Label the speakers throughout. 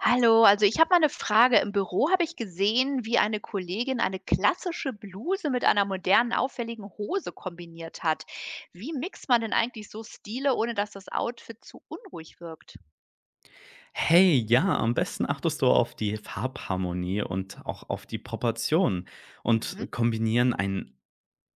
Speaker 1: Hallo, also ich habe mal eine Frage. Im Büro habe ich gesehen, wie eine Kollegin eine klassische Bluse mit einer modernen, auffälligen Hose kombiniert hat. Wie mixt man denn eigentlich so Stile, ohne dass das Outfit zu unruhig wirkt?
Speaker 2: Hey, ja, am besten achtest du auf die Farbharmonie und auch auf die Proportionen und
Speaker 1: Mhm.
Speaker 2: kombinieren ein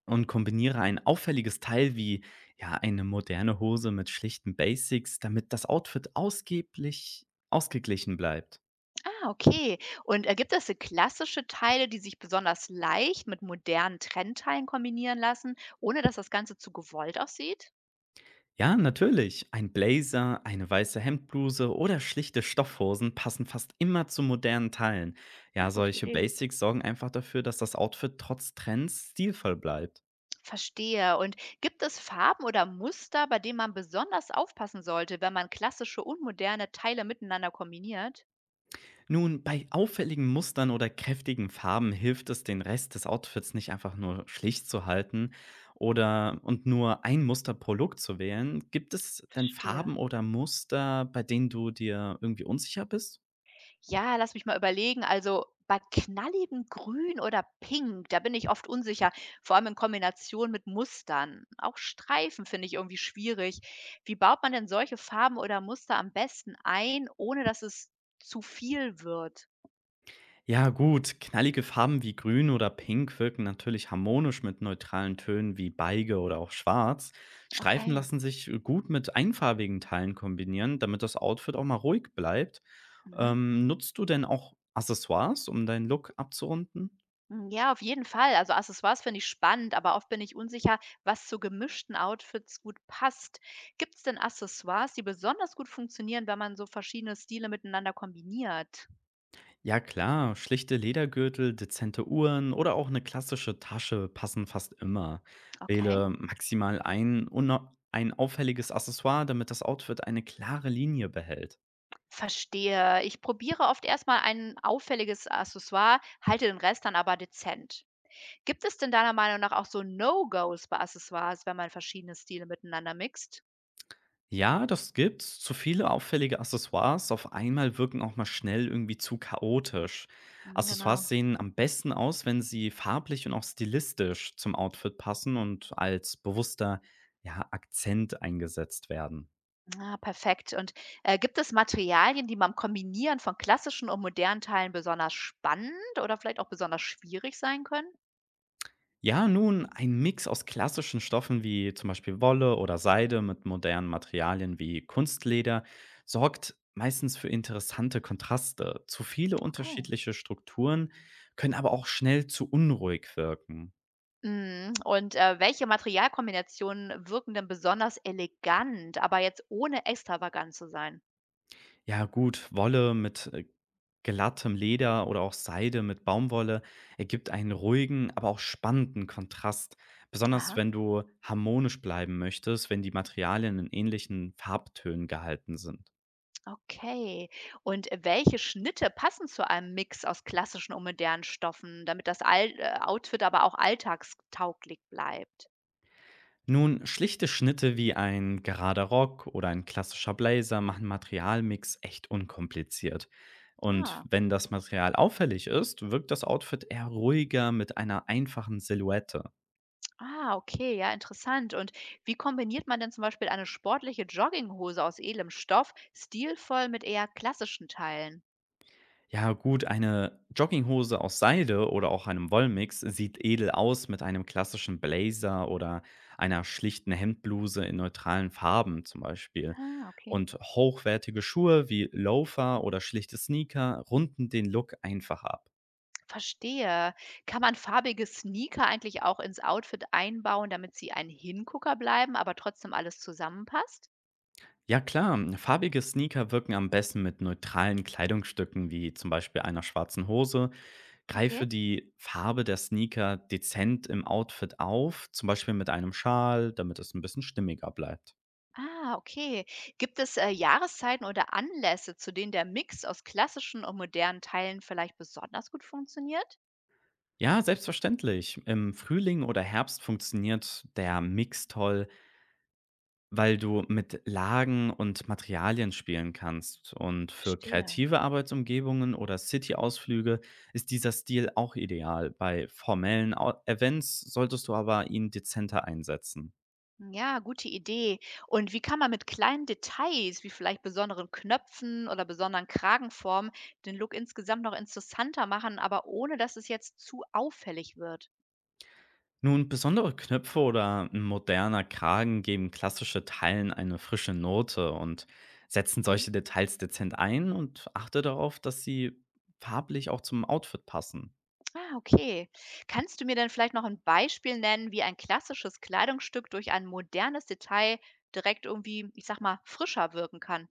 Speaker 2: und kombiniere ein auffälliges Teil wie ja eine moderne Hose mit schlichten Basics, damit das Outfit ausgeblich ausgeglichen bleibt.
Speaker 1: Ah, okay. Und gibt es so klassische Teile, die sich besonders leicht mit modernen Trendteilen kombinieren lassen, ohne dass das Ganze zu gewollt aussieht?
Speaker 2: Ja, natürlich. Ein Blazer, eine weiße Hemdbluse oder schlichte Stoffhosen passen fast immer zu modernen Teilen.
Speaker 1: Na,
Speaker 2: Ja,
Speaker 1: gute
Speaker 2: solche
Speaker 1: Idee.
Speaker 2: Basics sorgen einfach dafür, dass das Outfit trotz Trends stilvoll bleibt.
Speaker 1: Verstehe. Und gibt es Farben oder Muster, bei denen man besonders aufpassen sollte, wenn man klassische und moderne Teile miteinander kombiniert?
Speaker 2: Nun, bei auffälligen Mustern oder kräftigen Farben hilft es, den Rest des Outfits nicht einfach nur schlicht zu halten oder nur ein Muster pro Look zu wählen. Gibt es denn
Speaker 1: Verstehe.
Speaker 2: Farben oder Muster, bei denen du dir irgendwie unsicher bist?
Speaker 1: Ja, lass mich mal überlegen. Also bei knalligem Grün oder Pink, da bin ich oft unsicher, vor allem in Kombination mit Mustern. Auch Streifen finde ich irgendwie schwierig. Wie baut man denn solche Farben oder Muster am besten ein, ohne dass es zu viel wird?
Speaker 2: Ja, gut, knallige Farben wie grün oder pink wirken natürlich harmonisch mit neutralen Tönen wie beige oder auch schwarz. Streifen
Speaker 1: Okay.
Speaker 2: lassen sich gut mit einfarbigen Teilen kombinieren, damit das Outfit auch mal ruhig bleibt.
Speaker 1: Mhm.
Speaker 2: Nutzt du denn auch Accessoires, um deinen Look abzurunden?
Speaker 1: Hm, ja, auf jeden Fall. Also, Accessoires finde ich spannend, aber oft bin ich unsicher, was zu gemischten Outfits gut passt. Gibt es denn Accessoires, die besonders gut funktionieren, wenn man so verschiedene Stile miteinander kombiniert?
Speaker 2: Ja, klar, schlichte Ledergürtel, dezente Uhren oder auch eine klassische Tasche passen fast immer.
Speaker 1: Okay,
Speaker 2: Wähle maximal ein auffälliges Accessoire, damit das Outfit eine klare Linie behält.
Speaker 1: verstehe. Ich probiere oft erstmal ein auffälliges Accessoire, halte den Rest dann aber dezent. Gibt es denn deiner Meinung nach auch so No-Gos bei Accessoires, wenn man verschiedene Stile miteinander mixt?
Speaker 2: Ja, das gibt's. Zu viele auffällige Accessoires auf einmal wirken auch mal schnell irgendwie zu chaotisch.
Speaker 1: Hm, genau.
Speaker 2: Accessoires sehen am besten aus, wenn sie farblich und auch stilistisch zum Outfit passen und als bewusster ja, Akzent eingesetzt werden.
Speaker 1: Ah, perfekt. Und, gibt es Materialien, die beim Kombinieren von klassischen und modernen Teilen besonders spannend oder vielleicht auch besonders schwierig sein können?
Speaker 2: Ja, nun, ein Mix aus klassischen Stoffen wie zum Beispiel Wolle oder Seide mit modernen Materialien wie Kunstleder sorgt meistens für interessante Kontraste. Zu viele
Speaker 1: Okay.
Speaker 2: unterschiedliche Strukturen können aber auch schnell zu unruhig wirken.
Speaker 1: Mhm. Und, welche Materialkombinationen wirken denn besonders elegant, aber jetzt ohne extravagant zu sein?
Speaker 2: Ja, gut, Wolle mit glattem Leder oder auch Seide mit Baumwolle ergibt einen ruhigen, aber auch spannenden Kontrast. Besonders
Speaker 1: Aha.
Speaker 2: wenn du harmonisch bleiben möchtest, wenn die Materialien in ähnlichen Farbtönen gehalten sind.
Speaker 1: Okay. Und welche Schnitte passen zu einem Mix aus klassischen und modernen Stoffen, damit das Al Outfit aber auch alltagstauglich bleibt?
Speaker 2: Nun, schlichte Schnitte wie ein gerader Rock oder ein klassischer Blazer machen Materialmix echt unkompliziert. Und
Speaker 1: Ja.
Speaker 2: wenn das Material auffällig ist, wirkt das Outfit eher ruhiger mit einer einfachen Silhouette.
Speaker 1: Ah, okay, ja, interessant. Und wie kombiniert man denn zum Beispiel eine sportliche Jogginghose aus edlem Stoff stilvoll mit eher klassischen Teilen?
Speaker 2: Ja gut, eine Jogginghose aus Seide oder auch einem Wollmix sieht edel aus mit einem klassischen Blazer oder einer schlichten Hemdbluse in neutralen Farben zum Beispiel.
Speaker 1: Ah, okay.
Speaker 2: Und hochwertige Schuhe wie Loafer oder schlichte Sneaker runden den Look einfach ab.
Speaker 1: Verstehe. Kann man farbige Sneaker eigentlich auch ins Outfit einbauen, damit sie ein Hingucker bleiben, aber trotzdem alles zusammenpasst?
Speaker 2: Ja klar, farbige Sneaker wirken am besten mit neutralen Kleidungsstücken wie zum Beispiel einer schwarzen Hose.
Speaker 1: Okay.
Speaker 2: Greife die Farbe der Sneaker dezent im Outfit auf, zum Beispiel mit einem Schal, damit es ein bisschen stimmiger bleibt.
Speaker 1: Ah, okay. Gibt es Jahreszeiten oder Anlässe, zu denen der Mix aus klassischen und modernen Teilen vielleicht besonders gut funktioniert?
Speaker 2: Ja, selbstverständlich. Im Frühling oder Herbst funktioniert der Mix toll, weil du mit Lagen und Materialien spielen kannst, und für
Speaker 1: Verstehe.
Speaker 2: kreative Arbeitsumgebungen oder City-Ausflüge ist dieser Stil auch ideal. Bei formellen Events solltest du aber ihn dezenter einsetzen.
Speaker 1: Ja, gute Idee. Und wie kann man mit kleinen Details, wie vielleicht besonderen Knöpfen oder besonderen Kragenformen, den Look insgesamt noch interessanter machen, aber ohne dass es jetzt zu auffällig wird?
Speaker 2: Nun, besondere Knöpfe oder ein moderner Kragen geben klassische Teilen eine frische Note und setzen
Speaker 1: Mhm.
Speaker 2: solche Details dezent ein und achte darauf, dass sie farblich auch zum Outfit passen.
Speaker 1: Ah, okay. Kannst du mir denn vielleicht noch ein Beispiel nennen, wie ein klassisches Kleidungsstück durch ein modernes Detail direkt irgendwie, ich sag mal, frischer wirken kann?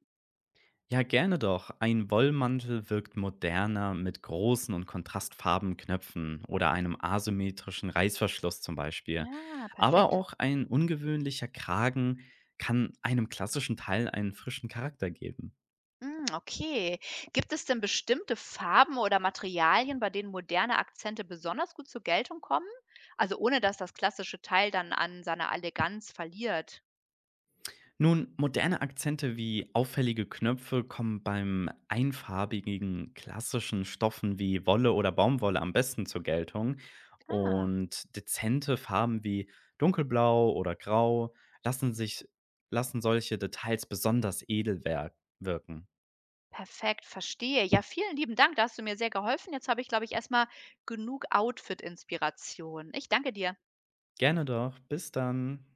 Speaker 2: Ja, gerne doch. Ein Wollmantel wirkt moderner mit großen und kontrastfarben Knöpfen oder einem asymmetrischen Reißverschluss zum Beispiel.
Speaker 1: Ja,
Speaker 2: Aber
Speaker 1: perfekt.
Speaker 2: auch ein ungewöhnlicher Kragen kann einem klassischen Teil einen frischen Charakter geben.
Speaker 1: Hm, okay. Gibt es denn bestimmte Farben oder Materialien, bei denen moderne Akzente besonders gut zur Geltung kommen? Also ohne, dass das klassische Teil dann an seiner Eleganz verliert.
Speaker 2: Nun, moderne Akzente wie auffällige Knöpfe kommen beim einfarbigen klassischen Stoffen wie Wolle oder Baumwolle am besten zur Geltung
Speaker 1: Ah,
Speaker 2: und dezente Farben wie dunkelblau oder grau lassen sich lassen solche Details besonders edel wirken.
Speaker 1: perfekt, verstehe. Ja, vielen lieben Dank, da hast du mir sehr geholfen. Jetzt habe ich, glaube ich, erstmal genug Outfit-Inspiration. Ich danke dir.
Speaker 2: Gerne doch, bis dann.